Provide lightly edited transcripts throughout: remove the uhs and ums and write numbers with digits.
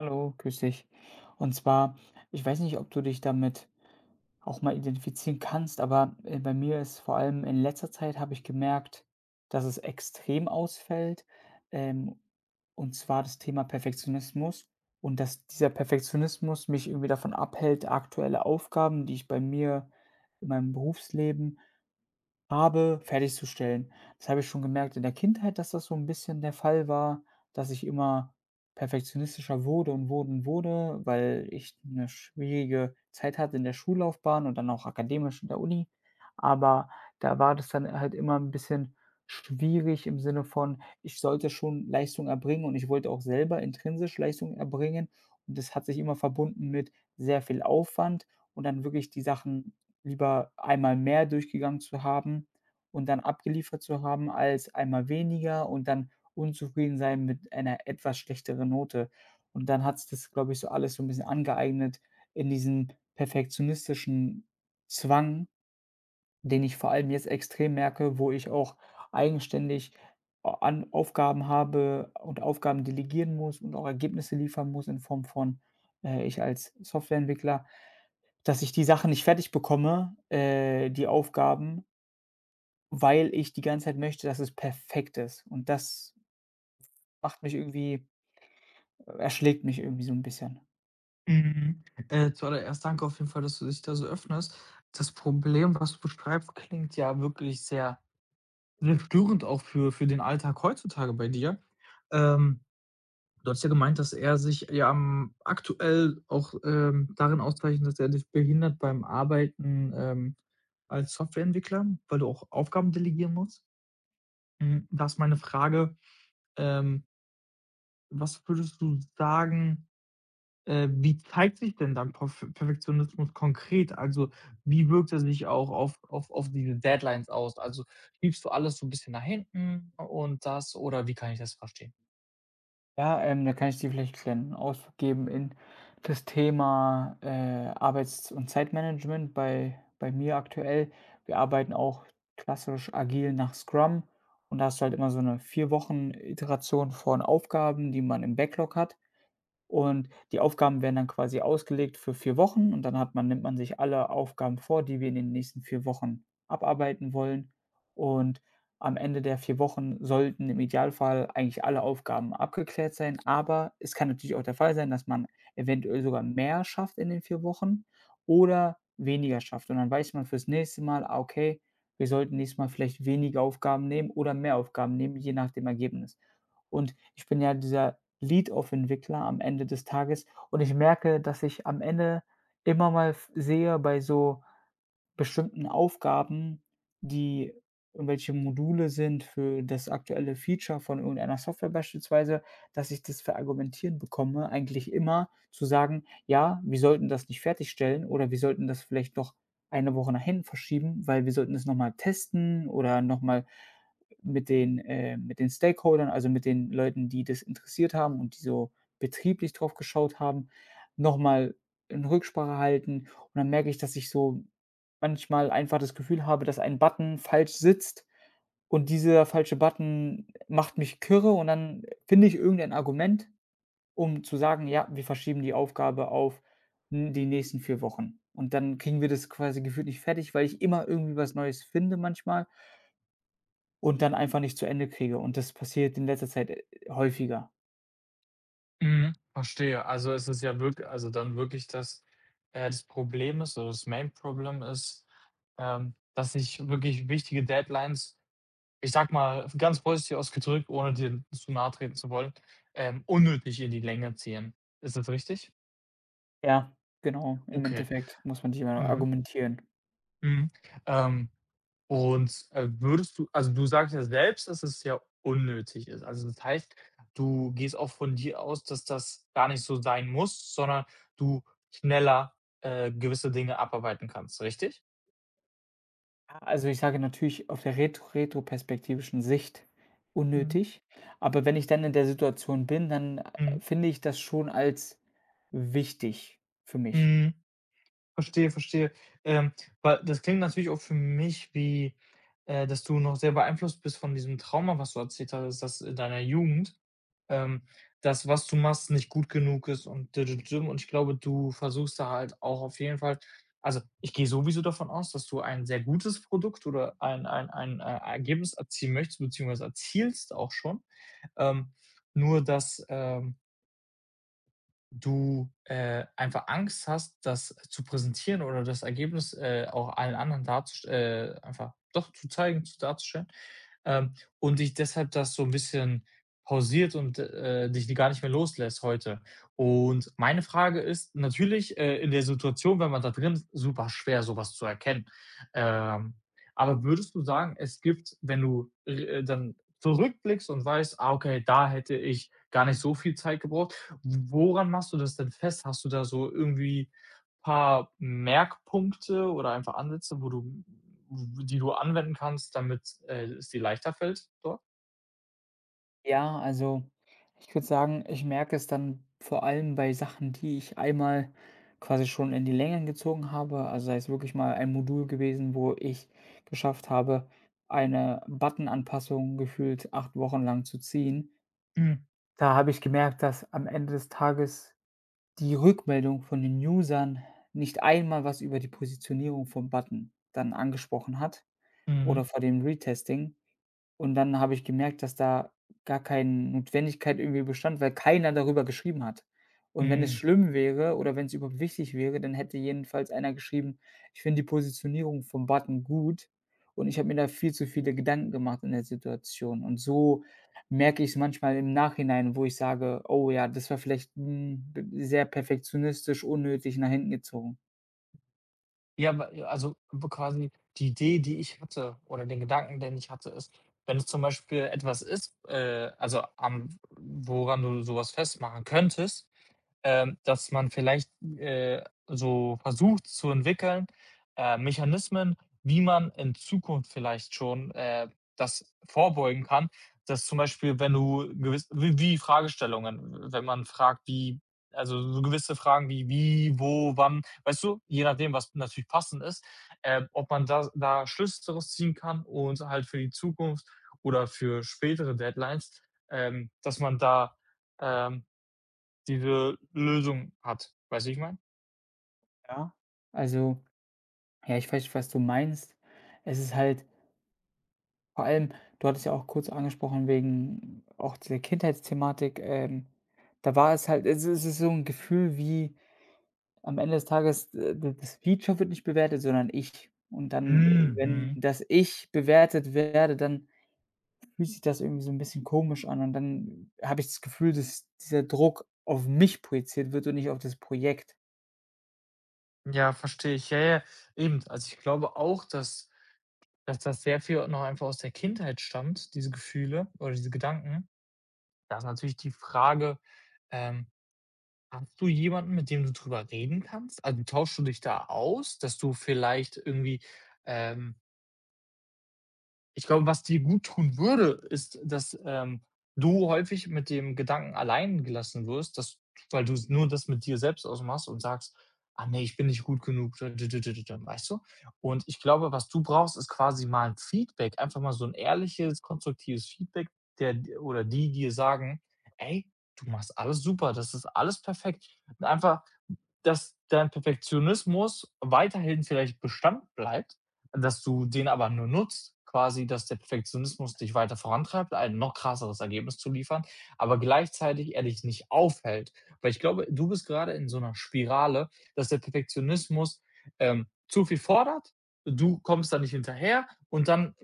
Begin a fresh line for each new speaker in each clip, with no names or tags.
Hallo, grüß dich. Und zwar, ich weiß nicht, ob du dich damit auch mal identifizieren kannst, aber bei mir ist vor allem in letzter Zeit habe ich gemerkt, dass es extrem ausfällt. Ähm, und zwar das Thema Perfektionismus und dass dieser Perfektionismus mich irgendwie davon abhält, aktuelle Aufgaben, die ich bei mir in meinem Berufsleben habe, fertigzustellen. Das habe ich schon gemerkt in der Kindheit, dass das so ein bisschen der Fall war, dass ich immer perfektionistischer wurde und wurde und wurde, weil ich eine schwierige Zeit hatte in der Schullaufbahn und dann auch akademisch in der Uni. Aber da war das dann halt immer ein bisschen schwierig im Sinne von, ich sollte schon Leistung erbringen und ich wollte auch selber intrinsisch Leistung erbringen. Und das hat sich immer verbunden mit sehr viel Aufwand und dann wirklich die Sachen lieber einmal mehr durchgegangen zu haben und dann abgeliefert zu haben, als einmal weniger und dann unzufrieden sein mit einer etwas schlechteren Note. Und dann hat sich das, glaube ich, so alles so ein bisschen angeeignet in diesen perfektionistischen Zwang, den ich vor allem jetzt extrem merke, wo ich auch eigenständig a an Aufgaben habe und Aufgaben delegieren muss und auch Ergebnisse liefern muss in Form von, ich als Softwareentwickler, dass ich die Sachen nicht fertig bekomme, die Aufgaben, weil ich die ganze Zeit möchte, dass es perfekt ist. Und das macht mich irgendwie erschlägt mich irgendwie so ein bisschen.
Mhm. Zuallererst danke auf jeden Fall, dass du dich da so öffnest. Das Problem, was du beschreibst, klingt ja wirklich sehr störend auch für den Alltag heutzutage bei dir. Ähm, du hast ja gemeint, dass er sich ja am aktuell auch darin auszeichnet, dass er dich behindert beim Arbeiten, als Softwareentwickler, weil du auch Aufgaben delegieren musst. Mhm. Da ist meine Frage, ähm, was würdest du sagen, wie zeigt sich denn dann Perfektionismus konkret? Also, wie wirkt er sich auch auf diese Deadlines aus? Also, schiebst du alles so ein bisschen nach hinten und das oder wie kann ich das verstehen?
Ja, da kann ich dir vielleicht 'n kleinen Ausflug geben in das Thema, Arbeits und Zeitmanagement bei mir aktuell. Wir arbeiten auch klassisch agil nach Scrum und da hast du halt immer so eine 4 Wochen Iteration von Aufgaben, die man im Backlog hat. Und die Aufgaben werden dann quasi ausgelegt für 4 Wochen und dann hat man nimmt man sich alle Aufgaben vor, die wir in den nächsten 4 Wochen abarbeiten wollen. Und am Ende der 4 Wochen sollten im Idealfall eigentlich alle Aufgaben abgeklärt sein, aber es kann natürlich auch der Fall sein, dass man eventuell sogar mehr schafft in den 4 Wochen oder weniger schafft. Und dann weiß man fürs nächste Mal: „Ah, okay, wir sollten nächstes Mal vielleicht weniger Aufgaben nehmen oder mehr Aufgaben nehmen“, je nach dem Ergebnis. Und ich bin ja dieser Lead-Off-Entwickler am Ende des Tages und ich merke, dass ich am Ende immer mal f sehe bei so bestimmten Aufgaben, die irgendwelche Module sind für das aktuelle Feature von irgendeiner Software beispielsweise, dass ich das verargumentiert bekomme, eigentlich immer zu sagen: „Ja, wir sollten das nicht fertigstellen oder wir sollten das vielleicht noch eine Woche nach hinten verschieben, weil wir sollten es noch mal testen oder noch mal mit den Stakeholdern, also mit den Leuten, die das interessiert haben und die so betrieblich drauf geschaut haben, noch mal in Rücksprache halten.“ Und dann merke ich, dass ich so manchmal einfach das Gefühl habe, dass ein Button falsch sitzt und dieser falsche Button macht mich kirre und dann finde ich irgendein Argument, um zu sagen: „Ja, wir verschieben die Aufgabe auf, die nächsten 4 Wochen.“ Und dann kriegen wir das quasi gefühlt nicht fertig, weil ich immer irgendwie was Neues finde manchmal und dann einfach nicht zu Ende kriege. Und das passiert in letzter Zeit, häufiger.
Mhm, verstehe. Also, es ist ja wirklich also, dann wirklich, das das Problem ist oder das Main Problem ist, dass ich wirklich wichtige Deadlines, ich sage mal, ganz positiv ausgedrückt, ohne dir zu nahe treten zu wollen, unnötig in die Länge ziehen. Ist das richtig?
Ja, genau, im
Okay.
Endeffekt muss man sich immer
Mhm.
argumentieren.
Mhm. Ähm, und würdest du also, du sagst ja selbst, dass es ja unnötig ist. Also, das heißt, du gehst auch von dir aus, dass das gar nicht so sein muss, sondern du schneller, gewisse Dinge abarbeiten kannst, richtig?
Also, ich sage natürlich auf der retroperspektivischen Sicht
Mhm.
unnötig, aber wenn ich dann in der Situation bin, dann,
Mhm.
finde ich das schon als wichtig für mich.
Mhm. Verstehe, verstehe. Ähm, weil das klingt natürlich auch für mich wie, dass du noch sehr beeinflusst bist von diesem Trauma, was du erzählt hast, das in deiner Jugend. ähm, Das, was du machst, nicht gut genug ist und und ich glaube, du versuchst da halt auch auf jeden Fall also, ich gehe sowieso davon aus, dass du ein sehr gutes Produkt oder ein Ergebnis erzielen möchtest beziehungsweise erzielst auch schon. Ähm, nur dass du einfach Angst hast, das zu präsentieren oder das Ergebnis, auch allen anderen darzust einfach doch zu zeigen, zu darzustellen, und dich deshalb das so ein bisschen pausiert und dich gar nicht mehr loslässt heute. Und meine Frage ist natürlich, in der Situation, wenn man da drin ist, super schwer, sowas zu erkennen. Ähm, aber würdest du sagen, es gibt, wenn du dann zurückblickst und weißt: „Ah, okay, da hätte ich gar nicht so viel Zeit gebraucht“, woran machst du das denn fest? Hast du da so irgendwie paar Merkpunkte oder einfach Ansätze, wo du die du anwenden kannst, damit, es dir leichter fällt dort?
Ja, also, ich würde sagen, ich merke es dann vor allem bei Sachen, die ich einmal quasi schon in die Länge gezogen habe, also sei es wirklich mal ein Modul gewesen, wo ich geschafft habe, eine Button-Anpassung gefühlt 8 Wochen lang zu ziehen.
Mhm,
Da habe ich gemerkt, dass am Ende des Tages die Rückmeldung von den Usern nicht einmal was über die Positionierung vom Button dann angesprochen hat
mhm,
oder vor dem Retesting und dann habe ich gemerkt, dass da gar keine Notwendigkeit irgendwie bestand, weil keiner darüber geschrieben hat. Und wenn es
mhm.
schlimm wäre oder wenn es überhaupt wichtig wäre, dann hätte jedenfalls einer geschrieben: „Ich finde die Positionierung vom Button gut und ich habe mir da viel zu viele Gedanken gemacht in der Situation.“ Und so merke ich es manchmal im Nachhinein, wo ich sage: „Oh ja, das war vielleicht, hm, b sehr perfektionistisch, unnötig nach hinten gezogen.“
Ja, also b quasi die Idee, die ich hatte oder den Gedanken, den ich hatte, ist, wenn es zum Beispiel etwas ist, also am woran du sowas festmachen könntest, dass man vielleicht, äh, so versucht zu entwickeln, Mechanismen, wie man in Zukunft vielleicht schon, das vorbeugen kann, dass zum Beispiel, wenn du gewiss wie Fragestellungen, wenn man fragt, wie also so gewisse Fragen wie: „Wie, wo, wann“, weißt du, je nachdem, was natürlich passend ist, ob man da Schlüsse daraus ziehen kann und halt für die Zukunft oder für spätere Deadlines, dass man da, ähm, diese Lösung hat. Weißt du, wie ich meine?
Ja. Also, ja, ich weiß, was du meinst. Es ist halt. Vor allem, du hattest ja auch kurz angesprochen wegen auch dieser Kindheitsthematik, da war es halt es es ist so 'n Gefühl wie am Ende des Tages, d das Feature wird nicht bewertet, sondern ich. Und dann, wenn
Mhm.
das Ich bewertet werde, dann fühlt sich das irgendwie so 'n bisschen komisch an und dann habe ich das Gefühl, dass dieser Druck auf mich projiziert wird und nicht auf das Projekt.
Ja, verstehe ich. Ja, ja, eben. Also, ich glaube auch, dass das sehr viel noch einfach aus der Kindheit stammt, diese Gefühle oder diese Gedanken. Da ist natürlich die Frage, ähm hast du jemanden, mit dem du drüber reden kannst? Also, tauschst du dich da aus, dass du vielleicht irgendwie ähm, ich glaube, was dir gut tun würde, ist, dass, du häufig mit dem Gedanken allein gelassen wirst, dass weil du nur das mit dir selbst ausmachst und sagst: „Ah nee, ich bin nicht gut genug“, weißt du? Und ich glaube, was du brauchst, ist quasi mal ein Feedback, einfach mal so ein ehrliches, konstruktives Feedback, der oder die dir sagen: „Ey, du machst alles super, das ist alles perfekt.“ Einfach dass dein Perfektionismus weiterhin vielleicht Bestand bleibt, dass du den aber nur nutzt, quasi, dass der Perfektionismus dich weiter vorantreibt, ein noch krasseres Ergebnis zu liefern, aber gleichzeitig er dich nicht aufhält. Weil ich glaube, du bist gerade in so einer Spirale, dass der Perfektionismus, zu viel fordert, du kommst da nicht hinterher und dann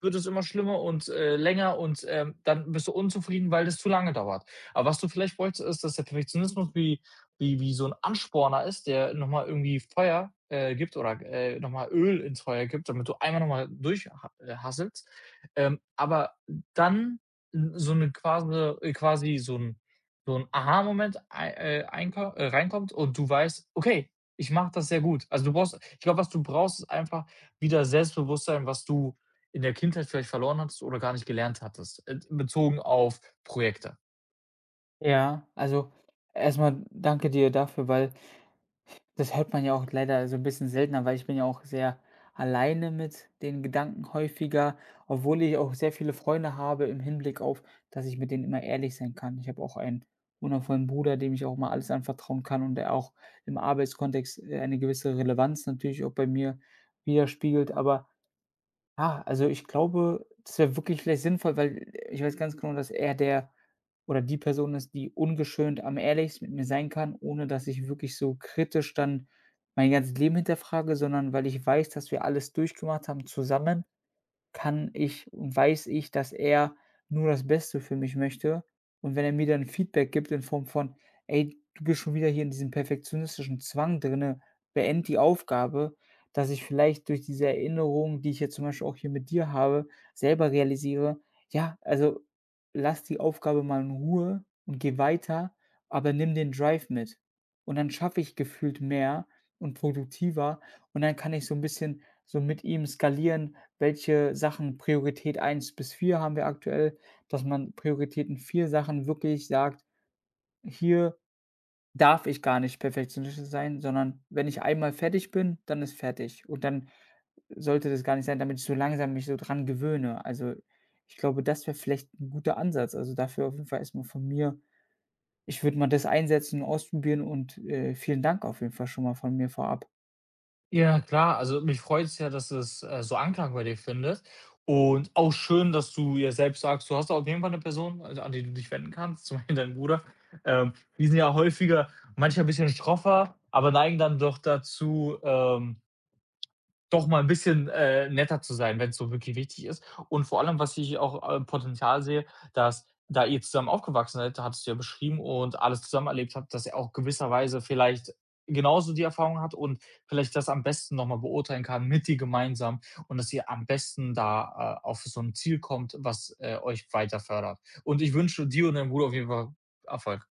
wird es immer schlimmer und länger und dann bist du unzufrieden, weil das zu lange dauert. Aber was du vielleicht bräuchtest, ist, dass der Perfektionismus wie wie so ein Ansporner ist, der nochmal irgendwie Feuer, gibt oder, noch Öl ins Feuer gibt, damit du einmal nochmal mal äh, Ähm, aber dann so eine quasi quasi so ein Aha-Moment ei einko reinkommt und du weißt: „Okay, ich mache das sehr gut.“ Also, du brauchst Ich glaube, was du brauchst, ist einfach wieder Selbstbewusstsein, was du in der Kindheit vielleicht verloren hattest oder gar nicht gelernt hattest, bezogen auf Projekte?
Ja, also erst mal danke dir dafür, weil. Das hört man ja auch leider so ein bisschen seltener, weil ich bin ja auch sehr alleine mit den Gedanken häufiger, obwohl ich auch sehr viele Freunde habe im Hinblick auf, dass ich mit denen immer ehrlich sein kann. Ich habe auch einen wundervollen Bruder, dem ich auch mal alles anvertrauen kann und der auch im Arbeitskontext, eine gewisse Relevanz natürlich auch bei mir widerspiegelt. Aber. Ah, also ich glaube, das wäre wirklich vielleicht sinnvoll, weil ich weiß ganz genau, dass er der oder die Person ist, die ungeschönt am ehrlichsten mit mir sein kann, ohne dass ich wirklich so kritisch dann mein ganzes Leben hinterfrage, sondern weil ich weiß, dass wir alles durchgemacht haben zusammen kann ich und weiß ich, dass er nur das Beste für mich möchte. Und wenn er mir dann Feedback gibt in Form von: „Ey, du bist schon wieder hier in diesem perfektionistischen Zwang drinne, beende die Aufgabe“, dass ich vielleicht durch diese Erinnerung, die ich jetzt zum Beispiel auch hier mit dir habe, selber realisiere: „Ja, also lass die Aufgabe mal in Ruhe und geh weiter, aber nimm den Drive mit.“ Und dann schaffe ich gefühlt mehr und produktiver und dann kann ich so ein bisschen so mit ihm skalieren, welche Sachen Priorität eins bis 4 haben wir aktuell, dass man Prioritäten 4 Sachen wirklich sagt: „Hier darf ich gar nicht perfektionistisch sein, sondern wenn ich einmal fertig bin, dann ist fertig.“ Und dann sollte das gar nicht sein, damit ich so langsam mich so dran gewöhne. Also, ich glaube, das wäre vielleicht ein guter Ansatz. Also, dafür auf jeden Fall erstmal von mir. Ich würde mal das einsetzen, und ausprobieren und, vielen Dank auf jeden Fall schon mal von mir vorab.
Ja, klar. Also, mich freut es ja, dass es, so Anklang bei dir findet und auch schön, dass du ja selbst sagst, du hast auf jeden Fall 'ne Person, also, an die du dich wenden kannst, zum Beispiel dein Bruder. Die sind ja häufiger manchmal ein bisschen stroffer, aber neigen dann doch dazu, doch mal ein bisschen, netter zu sein, wenn es so wirklich wichtig ist. Und vor allem, was ich auch, Potenzial sehe, dass da ihr zusammen aufgewachsen seid, hattest du ja beschrieben und alles zusammen erlebt habt, dass er auch gewisserweise vielleicht genauso die Erfahrung hat und vielleicht das am besten noch mal beurteilen kann mit dir gemeinsam und dass ihr am besten da, auf so ein Ziel kommt, was, euch weiter fördert. Und ich wünsche dir und deinem Bruder auf jeden Fall Erfolg.